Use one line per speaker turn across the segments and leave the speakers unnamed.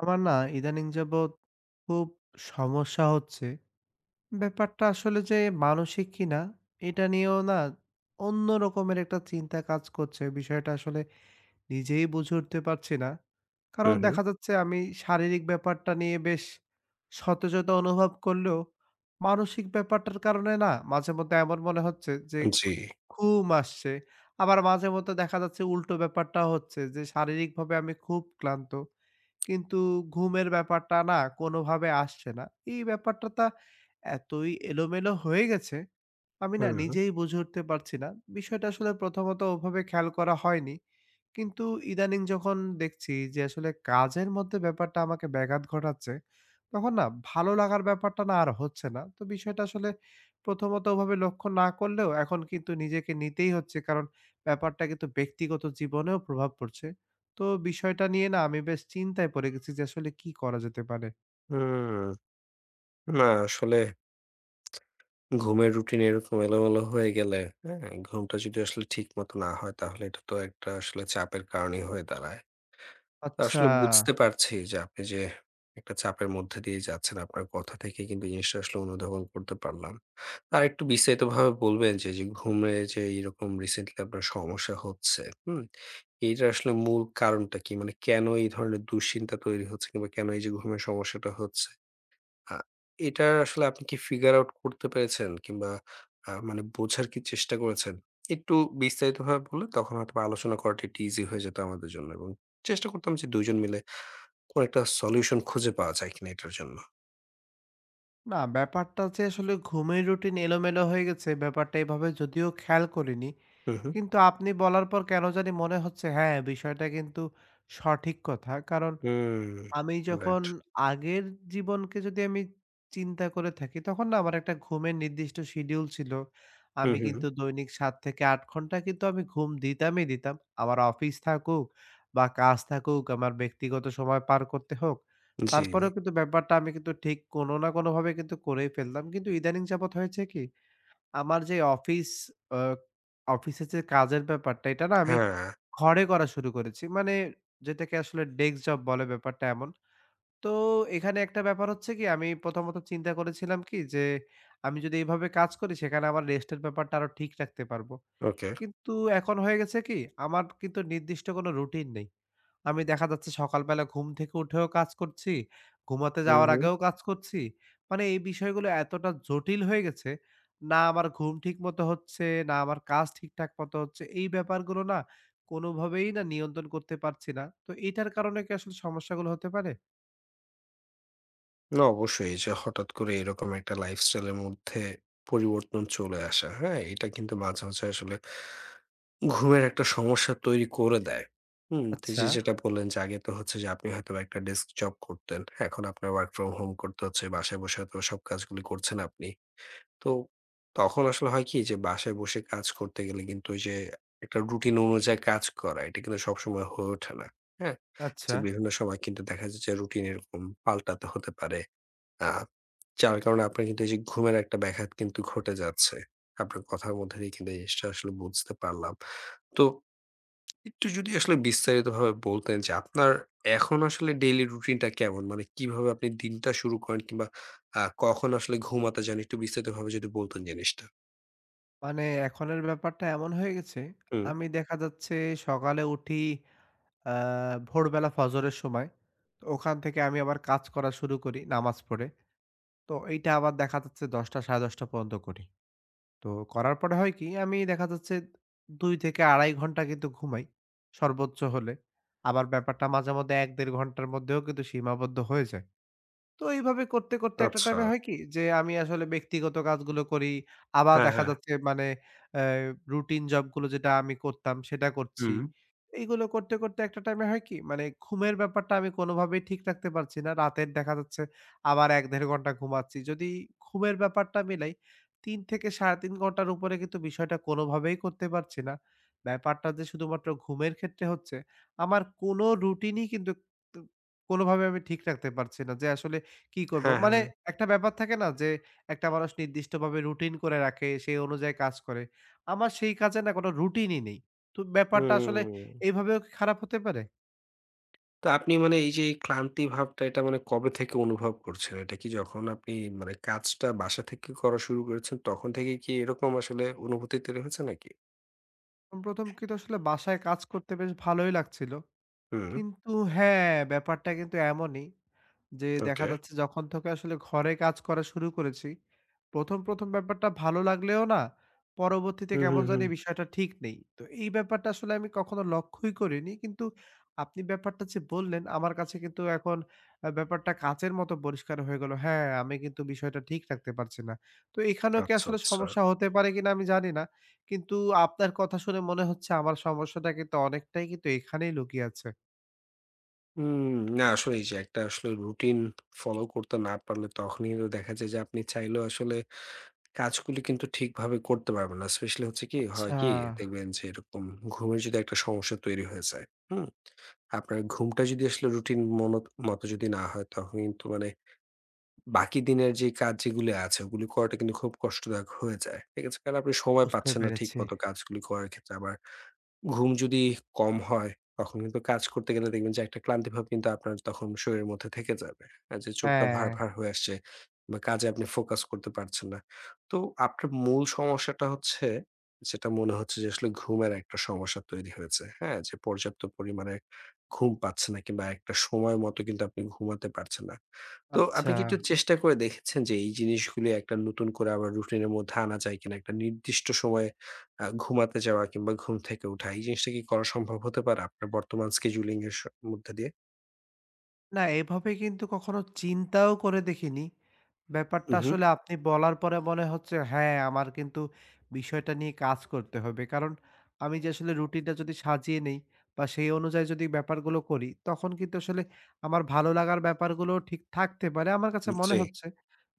আমার না ইদানিং যাবৎ খুব সমস্যা হচ্ছে। ব্যাপারটা আসলে যে মানসিক কিনা এটা নিয়েও না অন্য রকমের একটা চিন্তা কাজ করছে। বিষয়টা আসলে নিজেই বুঝে উঠতে পারছি না। কারণ
হুম, হুম।
দেখা যাচ্ছে আমি শারীরিক ব্যাপারটা নিয়ে বেশ সতেজতা অনুভব করলেও মানসিক ব্যাপারটার কারণে না মাঝেমধ্যে এমন মনে হচ্ছে যে
জি।
ঘুম আসছে। আবার মাঝেমধ্যে দেখা যাচ্ছে উল্টো ব্যাপারটা হচ্ছে যে শারীরিকভাবে আমি খুব ক্লান্ত। কিন্তু ঘুমের ব্যাপারটা না কোনোভাবে আসছে না। এই ব্যাপারটা তা এতই এলোমেলো হয়ে গেছে, আমি না
হুম, হুম।
নিজেই বুঝে উঠতে পারছি না। বিষয়টা আসলে প্রথমত ওভাবে খেয়াল করা হয়নি। কিন্তু ইদানিং যখন দেখছি যে আসলে কাজের মধ্যে ব্যাপারটা আমাকে ব্যাঘাত ঘটাচ্ছে, তখন না ভালো লাগার ব্যাপারটা না আর হচ্ছে না। তো বিষয়টা আসলে প্রথমত ওভাবে লক্ষ্য না করলেও এখন কিন্তু নিজেকে নিতেই হচ্ছে। কারণ ব্যাপারটা কিন্তু ব্যক্তিগত জীবনেও প্রভাব পড়ছে। তো বিষয়টা নিয়ে না আমি বেশ চিন্তায় পড়ে গেছি যে আসলে কি করা যেতে পারে।
না আসলে ঘুমের রুটিন এরকম এলোমেলো হয়ে গেলে, হ্যাঁ? ঘুমটা যদি আসলে ঠিক মতো না হয় তাহলে এটা তো একটা আসলে চাপের কারণই হয়ে দাঁড়ায়। তো
আচ্ছা।
আসলে বুঝতে পারছি যে আপনি যে একটা চাপের মধ্যে দিয়ে যাচ্ছেন আপনার কথা থেকে কিন্তু জিনিসটা আসলে অনুধাবন করতে পারলাম। আরেকটু বিস্তারিতভাবে বলবেন যে, যে ঘুমে যে এরকম রিসেন্টলি আপনার সমস্যা হচ্ছে, হুম? এইটা আসলে মূল কারণটা কি? মানে কেন এই ধরনের দুশ্চিন্তা তৈরি হচ্ছে কিংবা কেন এই যে ঘুমের সমস্যাটা হচ্ছে? আ এটা আসলে আপনি কি ফিগার আউট করতে পেরেছেন? কিংবা মানে বোঝার কি চেষ্টা করেছেন? একটু বিস্তারিতভাবে বললে তখন হয়তোবা আলোচনা করাটা একটু ইজি হয়ে যেত আমাদের জন্য এবং চেষ্টা করতাম যে ২ জন মিলে কোন একটা সলিউশন খুঁজে পাওয়া যায় কিনা এটার জন্য।
না ব্যাপারটা যে আসলে ঘুমের রুটিন এলোমেলো হয়ে গেছে ব্যাপারটা এভাবে যদিও খেয়াল করিনি।
হুম, হুম।
কিন্তু আপনি বলার পর কেন জানি মনে হচ্ছে হ্যাঁ, বিষয়টা কিন্তু সঠিক কথা। কারণ
হুম,
আমি যখন
রাইট।
আগের জীবনকে যদি আমি চিন্তা করে থাকি, তখন না আমার একটা ঘুমের নির্দিষ্ট শিডিউল ছিল।
হুম,
আমি
হুম।
কিন্তু দৈনিক ৭ থেকে ৮ ঘন্টা কিন্তু আমি ঘুম দিতামই দিতাম। আমার অফিস থাকুক বা কাজ থাকুক, আমার ব্যক্তিগত সময় পার করতে হোক,
জি।
তারপরেও কিন্তু ব্যাপারটা আমি কিন্তু ঠিক কোনো না কোনোভাবে কিন্তু করেই ফেলতাম। কিন্তু ইদানিং যাবৎ হয়েছে কি? আমার যে অফিস আ অফিসের যে কাজের ব্যাপারটা, এটা না আমি
হ্যাঁ,
ঘরে করা শুরু করেছি। মানে যেটাকে আসলে ডেস্ক জব বলে ব্যাপারটা এমন। তো এখানে একটা ব্যাপার হচ্ছে কি আমি প্রথমত চিন্তা করেছিলাম কি যে আমি যদি এইভাবে কাজ করি সেখানে আমার রেস্টের ব্যাপারটা আরো ঠিক রাখতে পারবো।
ওকে।
কিন্তু এখন হয়ে গেছে কি আমার কিন্তু নির্দিষ্ট কোনো রুটিন নেই। আমি দেখা যাচ্ছে সকালবেলা ঘুম থেকে উঠেও কাজ করছি, ঘুমাতে
হুম,
যাওয়ার
হুম।
আগেও কাজ করছি। মানে এই বিষয়গুলো এতটা জটিল হয়ে গেছে, না আমার ঘুম ঠিক মতো হচ্ছে, না আমার কাজ ঠিকঠাক মতো হচ্ছে। এই ব্যাপারগুলো না কোনোভাবেই না নিয়ন্ত্রণ করতে পারছি না। তো এটার কারণে কি আসলে সমস্যাগুলো হতে পারে?
না অবশ্যই এই যে হঠাৎ করে এরকম একটা লাইফস্টাইলের মধ্যে পরিবর্তন চলে আসা, হ্যাঁ? এটা কিন্তু মাঝে, মাঝে আসলে ঘুমের একটা সমস্যা তৈরি করে দেয়। হুম? তো এই
আচ্ছা।
যে যেটা বললেন যে আগে তো হচ্ছে যে আপনি হয়তোবা একটা ডেস্ক জব করতেন। এখন আপনার ওয়ার্ক ফ্রম হোম করতে হচ্ছে। বাসায় বসে হয়তোবা সব কাজগুলি করছেন আপনি। তো তখন আসলে হয় কি যে বাসায় বসে কাজ করতে গেলে কিন্তু ওই যে একটা রুটিন অনুযায়ী কাজ করা এটা কিন্তু সবসময় হয়ে ওঠে না। হ্যাঁ? যে
আচ্ছা।
বিভিন্ন সময় কিন্তু দেখা যায় যে রুটিন এরকম পাল্টাতে হতে পারে। আ যার কারণে আপনার কিন্তু এই যে ঘুমের একটা ব্যাঘাত কিন্তু ঘটে যাচ্ছে। আপনার কথার মধ্যে দিয়ে কিন্তু এই জিনিসটা আসলে বুঝতে পারলাম। তো একটু যদি আসলে বিস্তারিতভাবে বলতেন যে আপনার এখন আসলে ডেইলি রুটিনটা কেমন? মানে কিভাবে আপনি দিনটা শুরু করেন কিংবা কখন আসলে ঘুমাতে যান? একটু বিস্তারিতভাবে যদি বলতেন জিনিসটা।
মানে এখনের ব্যাপারটা এমন হয়ে গেছে,
হুম,
আমি দেখা যাচ্ছে সকালে উঠি আ ভোরবেলা ফজরের সময়। তো ওখান থেকে আমি আবার কাজ করা শুরু করি নামাজ পড়ে। তো এইটা আবার দেখা যাচ্ছে ১০টা ১০:৩০ পর্যন্ত করি। তো করার পরে হয় কি আমি দেখা যাচ্ছে ২ থেকে ২.৫ ঘন্টা কিন্তু ঘুমাই সর্বোচ্চ হলে। আবার ব্যাপারটা মাঝে মধ্যে ১-১.৫ ঘন্টার মধ্যেও কিন্তু সীমাবদ্ধ হয়ে যায়। তো এইভাবে করতে একটা
আচ্ছা।
টাইমে হয় কি? যে আমি আসলে ব্যক্তিগত কাজগুলো করি। আবার
হ্যাঁ,
দেখা
হ্যাঁ।
যাচ্ছে মানে অ্যা রুটিন জবগুলো যেটা আমি করতাম সেটা করছি।
হুম।
এইগুলো করতে একটা টাইমে হয় কি? মানে ঘুমের ব্যাপারটা আমি কোনোভাবেই ঠিক রাখতে পারছি না। রাতের দেখা যাচ্ছে আবার ১-১.৫ ঘন্টা ঘুমাচ্ছি। যদি ঘুমের ব্যাপারটা মিলাই ৩ থেকে ৩.৫ ঘন্টার উপরে কিন্তু বিষয়টা কোনোভাবেই করতে পারছি না। ব্যাপারটা যে শুধুমাত্র ঘুমের ক্ষেত্রে হচ্ছে, আমার কোনো রুটিনই কিন্তু তু কোনোভাবে আমি ঠিক রাখতে পারছি না। যে আসলে কি করব?
হ্যাঁ,
মানে
হ্যাঁ।
একটা ব্যাপার থাকে না যে একটা মানুষ নির্দিষ্টভাবে রুটিন করে রাখে, সেই অনুযায়ী কাজ করে। আমার সেই কাজে না কোনো রুটিনই নেই। তো ব্যাপারটা আসলে
হুম।
এইভাবেও কি খারাপ হতে পারে?
তো আপনি মানে এই যে এই ক্লান্তি ভাবটা এটা মানে কবে থেকে অনুভব করছেন? এটা কি যখন আপনি মানে কাজটা বাসা থেকে করা শুরু করেছেন তখন থেকে কি এরকম আসলে অনুভূতি তৈরি হয়েছে নাকি?
১ম কিন্তু আসলে বাসায় কাজ করতে বেশ ভালোই লাগছিল।
হুম,
কিন্তু হ্যাঁ, ব্যাপারটা কিন্তু এমনই। যে দেখা
ওকে।
যাচ্ছে যখন থেকে আসলে ঘরে কাজ করা শুরু করেছি, ১ম ব্যাপারটা ভালো লাগলেও না, পরবর্তীতে
হুম, হুম,
কেমন
হুম।
জানি বিষয়টা ঠিক নেই। তো এই ব্যাপারটা আসলে আমি কখনো লক্ষ্যই করিনি। কিন্তু আপনি ব্যাপারটা যে বললেন, আমার কাছে কিন্তু এখন ব্যাপারটা কাচের মতো পরিষ্কার হয়ে গেল। হ্যাঁ, আমি কিন্তু বিষয়টা ঠিক রাখতে পারছি না। তো এখানেও কি
আচ্ছা,
আসলে
আচ্ছা।
সমস্যা হতে পারে কিনা আমি জানি না। কিন্তু আপনার কথা শুনে মনে হচ্ছে আমার সমস্যাটা কিন্তু অনেকটাই কিন্তু এখানেই লুকিয়ে আছে।
হুম, না আসলে এই যে একটা আসলে রুটিন ফলো করতে না পারলে তখনই দেখা যায় যে আপনি চাইলেও আসলে কাজগুলি কিন্তু ঠিকভাবে করতে পারবে না। স্পেশালি হচ্ছে কি, হয়
আচ্ছা,
কি দেখবেন যে এরকম ঘুমের যদি একটা সমস্যা তৈরি হয়ে যায়, হুম? আপনার ঘুমটা যদি আসলে রুটিন মতো যদি না হয় তখন কিন্তু মানে বাকি দিনের যে কাজ যেগুলি আছে ওগুলি করাটা কিন্তু খুব কষ্টদায়ক হয়ে যায়। ঠিক আছে? কারণ আপনি সময়
বুঝতে
পাচ্ছেন না
পেরেছি।
ঠিকমতো কাজগুলি করার ক্ষেত্রে আবার ঘুম যদি কম হয়, তখন কিন্তু কাজ করতে গেলে দেখবেন যে একটা ক্লান্তি ভাব কিন্তু আপনার তখন শরীরের মধ্যে থেকে যাবে। আর যে চোখটা
হ্যাঁ।
ভার, ভার হয়ে আসছে বা কাজে আপনি ফোকাস করতে পারছেন না। তো আপনার মূল সমস্যাটা হচ্ছে যেটা মনে হচ্ছে যে আসলে ঘুমের একটা সমস্যা তৈরি হয়েছে। হ্যাঁ? যে পর্যাপ্ত পরিমাণে ঘুম পাচ্ছে না কিংবা একটা সময় মতো কিন্তু আপনি ঘুমাতে পারছেন না। তো আপনি
আচ্ছা।
কি একটু চেষ্টা করে দেখেছেন যে এই জিনিসগুলি একটা নতুন করে আবার রুটিনের মধ্যে আনা যায় কিনা? একটা নির্দিষ্ট সময়ে ঘুমাতে যাওয়া কিংবা ঘুম থেকে উঠা এই জিনিসটা কি করা সম্ভব হতে পারে আপনার বর্তমান scheduling এর মধ্যে দিয়ে?
না এভাবে কিন্তু কখনো চিন্তাও করে দেখিনি।
হু,
ব্যাপারটা
হু।
আসলে আপনি বলার পরে মনে হচ্ছে হ্যাঁ, আমার কিন্তু বিষয়টা নিয়ে কাজ করতে হবে। কারণ আমি যে আসলে রুটিনটা যদি সাজিয়ে নেই বা সেই অনুযায়ী যদি ব্যাপারগুলো করি, তখন কিন্তু আসলে আমার ভালো লাগার ব্যাপারগুলো ঠিক থাকতে পারে। আমার কাছে মনে
জি।
হচ্ছে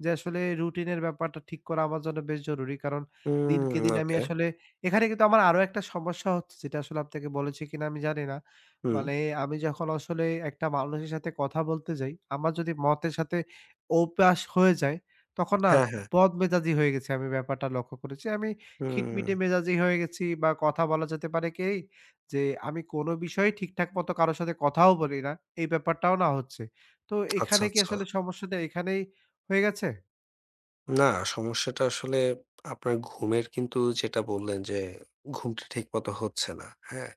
যে আসলে রুটিনের ব্যাপারটা ঠিক করা আমার জন্য বেশ জরুরি। কারণ
হুম,
দিনকে দিন আমি
ওকে।
আসলে এখানে কিন্তু আমার আরো একটা সমস্যা হচ্ছে যেটা আসলে আপনাকে বলেছি কিনা আমি জানি না।
হুম।
মানে আমি যখন আসলে একটা মানুষের সাথে কথা বলতে যাই, আমার যদি মতের সাথে অভ্যাস হয়ে যায়, তখন না
হ্যাঁ, হ্যাঁ।
বদমেজাজি হয়ে গেছি আমি ব্যাপারটা লক্ষ্য করেছি। আমি
হুম।
খিটমিটে মেজাজি হয়ে গেছি বা কথা বলা যেতে পারে কি যে আমি কোনো বিষয়ে ঠিকঠাক মতো কারো সাথে কথাও বলি না। এই ব্যাপারটাও না হচ্ছে। তো
আচ্ছা,
এখানে কি
আচ্ছা।
আসলে সমস্যাটা এখানেই হয়ে গেছে?
না সমস্যাটা আসলে আপনার ঘুমের কিন্তু যেটা বললেন যে ঘুমটা ঠিক মতো হচ্ছে না। হ্যাঁ?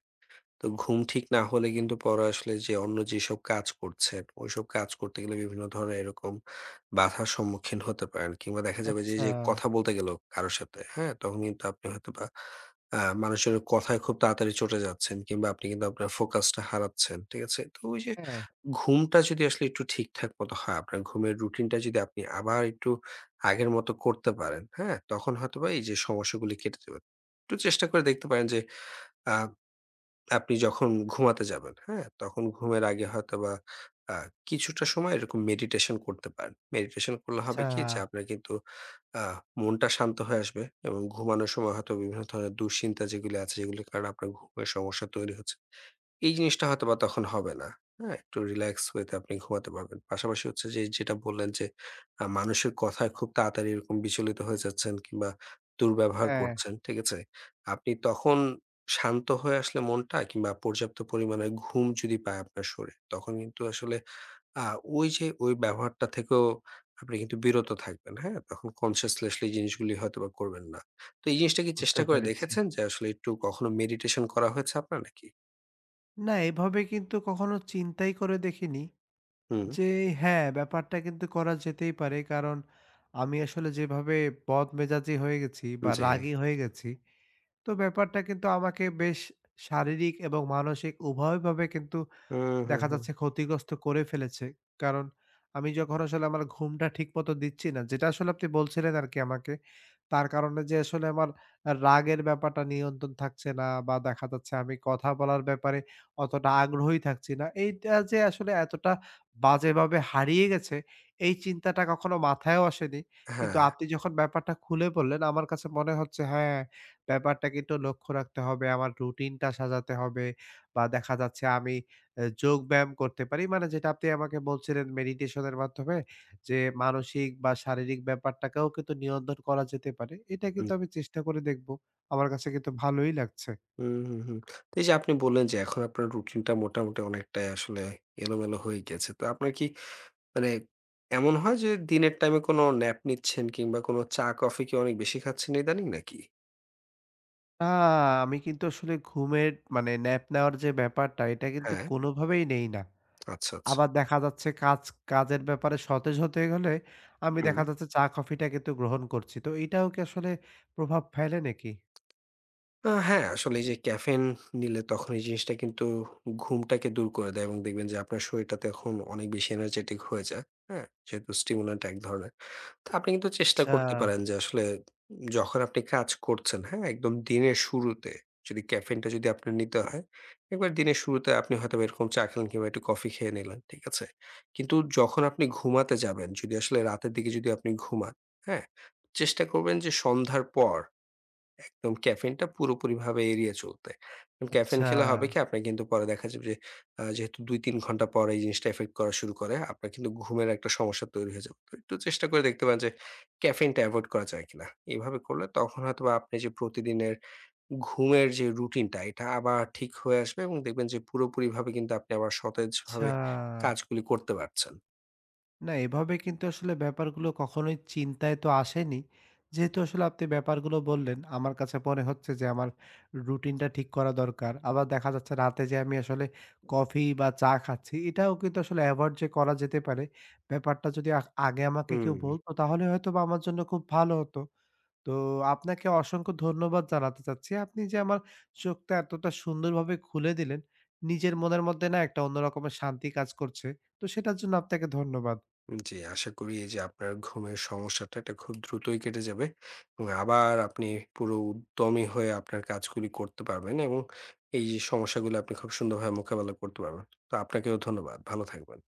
তো ঘুম ঠিক না হলে কিন্তু পরে আসলে যে অন্য যেসব কাজ করছেন, ওইসব কাজ করতে গেলে বিভিন্ন ধরনের এরকম বাধার সম্মুখীন হতে পারেন। কিংবা দেখা যাবে যে,
আচ্ছা।
যে কথা বলতে গেল কারো সাথে, হ্যাঁ? তখন কিন্তু আপনি হয়তোবা মানুষের কথায় খুব তাড়াতাড়ি চটে যাচ্ছেন কিংবা আপনি কিন্তু আপনার ফোকাসটা হারাচ্ছেন। ঠিক আছে? তো ওই যে
হ্যাঁ।
ঘুমটা যদি আসলে একটু ঠিকঠাক মতো হয়, আপনার ঘুমের রুটিনটা যদি আপনি আবার একটু আগের মতো করতে পারেন, হ্যাঁ? তখন হয়তোবা এই যে সমস্যাগুলি কেটে যাবে। একটু চেষ্টা করে দেখতে পারেন যে আ আপনি যখন ঘুমাতে যাবেন, হ্যাঁ? তখন ঘুমের আগে হয়তোবা আ কিছুটা সময় এরকম মেডিটেশন করতে পারেন। মেডিটেশন করলে হবে
আচ্ছা।
কি যে আপনার কিন্তু আ মনটা শান্ত হয়ে আসবে এবং ঘুমানোর সময় হয়তো বিভিন্ন ধরনের দুশ্চিন্তা যেগুলো আছে যেগুলোর কারণে আপনার ঘুমের সমস্যা তৈরি হচ্ছে। এই জিনিসটা হয়তোবা তখন হবে না। হ্যাঁ? একটু রিল্যাক্স ওয়ে তে আপনি ঘুমাতে পারবেন। পাশাপাশি হচ্ছে যে যেটা বললেন যে মানুষের কথায় খুব তাড়াতাড়ি এরকম বিচলিত হয়ে যাচ্ছেন কিংবা দুর্ব্যবহার
হ্যাঁ,
করছেন। ঠিক আছে? আপনি তখন শান্ত হয়ে আসলে মনটা কিংবা পর্যাপ্ত পরিমাণে ঘুম যদি পায় আপনার শরীর, তখন কিন্তু আসলে আ ওই যে ওই ব্যবহারটা থেকেও আপনি কিন্তু বিরত থাকবেন, হ্যাঁ? তখন কনসিয়াসলি এই জিনিসগুলি হয়তোবা করবেন না। তো এই জিনিসটা কি
বুঝতে
চেষ্টা করে
পেরেছি।
দেখেছেন যে আসলে একটু কখনো মেডিটেশন করা হয়েছে আপনার নাকি?
না এভাবে কিন্তু কখনো চিন্তাই করে দেখিনি।
হুম,
যে হ্যাঁ, ব্যাপারটা কিন্তু করা যেতেই পারে। কারণ আমি আসলে যেভাবে বদমেজাজি হয়ে গেছি বা
জি।
রাগী হয়ে গেছি, তো ব্যাপারটা কিন্তু আমাকে বেশ শারীরিক এবং মানসিক উভয়ভাবে কিন্তু
হুম, হুম,
দেখা
হুম।
যাচ্ছে ক্ষতিগ্রস্ত করে ফেলেছে। কারণ আমি যখন আসলে আমার ঘুমটা ঠিকমতো দিচ্ছি না, যেটা আসলে আপনি বলছিলেন আরকি আমাকে। তার কারণে যে আসলে আমার রাগের ব্যাপারটা নিয়ন্ত্রণ থাকছে না বা দেখা যাচ্ছে আমি কথা বলার ব্যাপারে অতটা আগ্রহী থাকছি না। এইটা যে আসলে এতটা বাজেভাবে হারিয়ে গেছে, এই চিন্তাটা কখনো মাথায়ও আসেনি। কিন্তু
হ্যাঁ।
আপনি যখন ব্যাপারটা খুলে বললেন, আমার কাছে মনে হচ্ছে হ্যাঁ, ব্যাপারটা কিন্তু লক্ষ্য রাখতে হবে। আমার রুটিনটা সাজাতে হবে বা দেখা যাচ্ছে আমি এ যোগব্যায়াম করতে পারি। মানে যেটা আপনি আমাকে বলছিলেন মেডিটেশন এর মাধ্যমে যে মানসিক বা শারীরিক ব্যাপারটাকেও কিন্তু নিয়ন্ত্রণ করা যেতে পারে। এটা
হুম,
কিন্তু আমি চেষ্টা করে দেখব। আমার কাছে কিন্তু ভালোই লাগছে।
হুম, হুম, হুম। তো এই যে আপনি বললেন যে এখন আপনার রুটিনটা মোটামুটি অনেকটাই আসলে এলোমেলো হয়ে গেছে। তো আপনার কি মানে এমন হয় যে দিনের টাইমে কোনো ন্যাপ নিচ্ছেন কিংবা কোনো চা-কফি কি অনেক বেশি খাচ্ছেন ইদানিং নাকি?
আ আমি কিন্তু আসলে ঘুমের মানে ন্যাপ নেওয়ার যে ব্যাপারটা এটা কিন্তু
হ্যাঁ,
কোনোভাবেই নেই না।
আচ্ছা, আচ্ছা।
আবার দেখা যাচ্ছে কাজের ব্যাপারে সতেজ হতে গেলে আমি
হুম।
দেখা যাচ্ছে চা কফিটা কিন্তু গ্রহণ করছি। তো এটাও কি আসলে প্রভাব ফেলে নাকি?
হ্যাঁ, আসলে এই যে ক্যাফেইন নিলে তখন এই জিনিসটা কিন্তু ঘুমটাকে দূর করে দেয় এবং দেখবেন যে আপনার শরীরটা তখন অনেক বেশি এনার্জেটিক হয়ে যায়। হ্যাঁ? যেহেতু স্টিমুল্যান্ট এক ধরনের। তো আপনি কিন্তু চেষ্টা
আচ্ছা,
করতে পারেন যে আসলে যখন আপনি কাজ করছেন, হ্যাঁ? একদম দিনের শুরুতে যদি ক্যাফেইনটা যদি আপনার নিতে হয়, একবার দিনের শুরুতে আপনি হয়তোবা এরকম চা খেলেন কিংবা একটু কফি খেয়ে নিলেন। ঠিক আছে? কিন্তু যখন আপনি ঘুমাতে যাবেন, যদি আসলে রাতের দিকে যদি আপনি ঘুমান, হ্যাঁ? চেষ্টা করবেন যে সন্ধ্যার পর একদম ক্যাফেইনটা পুরোপুরিভাবে এড়িয়ে চলতে। ক্যাফেইন
আচ্ছা,
খেলে হবে কি আপনার কিন্তু পরে দেখা যাবে যে যেহেতু ২-৩ ঘন্টা পর এই জিনিসটা এফেক্ট করা শুরু করে, আপনার কিন্তু ঘুমের একটা সমস্যা তৈরি হয়ে যাবে। তো একটু চেষ্টা করে দেখতে পারেন যে ক্যাফেইনটা এভয়েড করা যায় কিনা। এভাবে করলে তখন হয়তোবা আপনি যে প্রতিদিনের ঘুমের যে রুটিনটা এটা আবার ঠিক হয়ে আসবে এবং দেখবেন যে পুরোপুরিভাবে কিন্তু আপনি আবার
আচ্ছা।
সতেজভাবে কাজগুলি করতে পারছেন।
না, এভাবে কিন্তু আসলে ব্যাপারগুলো কখনোই চিন্তায় তো আসেনি। যেহেতু আসলে আপনি ব্যাপারগুলো বললেন, আমার কাছে মনে হচ্ছে যে আমার রুটিনটা ঠিক করা দরকার। আবার দেখা যাচ্ছে রাতে যে আমি আসলে কফি বা চা খাচ্ছি, এটাও কিন্তু আসলে এভয়েড যে করা যেতে পারে, ব্যাপারটা যদি আগে আমাকে কেউ
হুম।
বলতো তাহলে হয়তোবা আমার জন্য খুব ভালো হতো। তো আপনাকে অসংখ্য ধন্যবাদ জানাতে চাচ্ছি। আপনি যে আমার চোখটা এতটা সুন্দরভাবে খুলে দিলেন, নিজের মনের মধ্যে না একটা অন্য রকমের শান্তি কাজ করছে। তো সেটার জন্য আপনাকে ধন্যবাদ।
জি, আশা করি এই যে আপনার ঘুমের সমস্যাটা এটা খুব দ্রুতই কেটে যাবে এবং আবার আপনি পুরো উদ্যমী হয়ে আপনার কাজগুলি করতে পারবেন এবং এই যে সমস্যাগুলো আপনি খুব সুন্দরভাবে মোকাবেলা করতে পারবেন। তো আপনাকেও ধন্যবাদ। ভালো থাকবেন।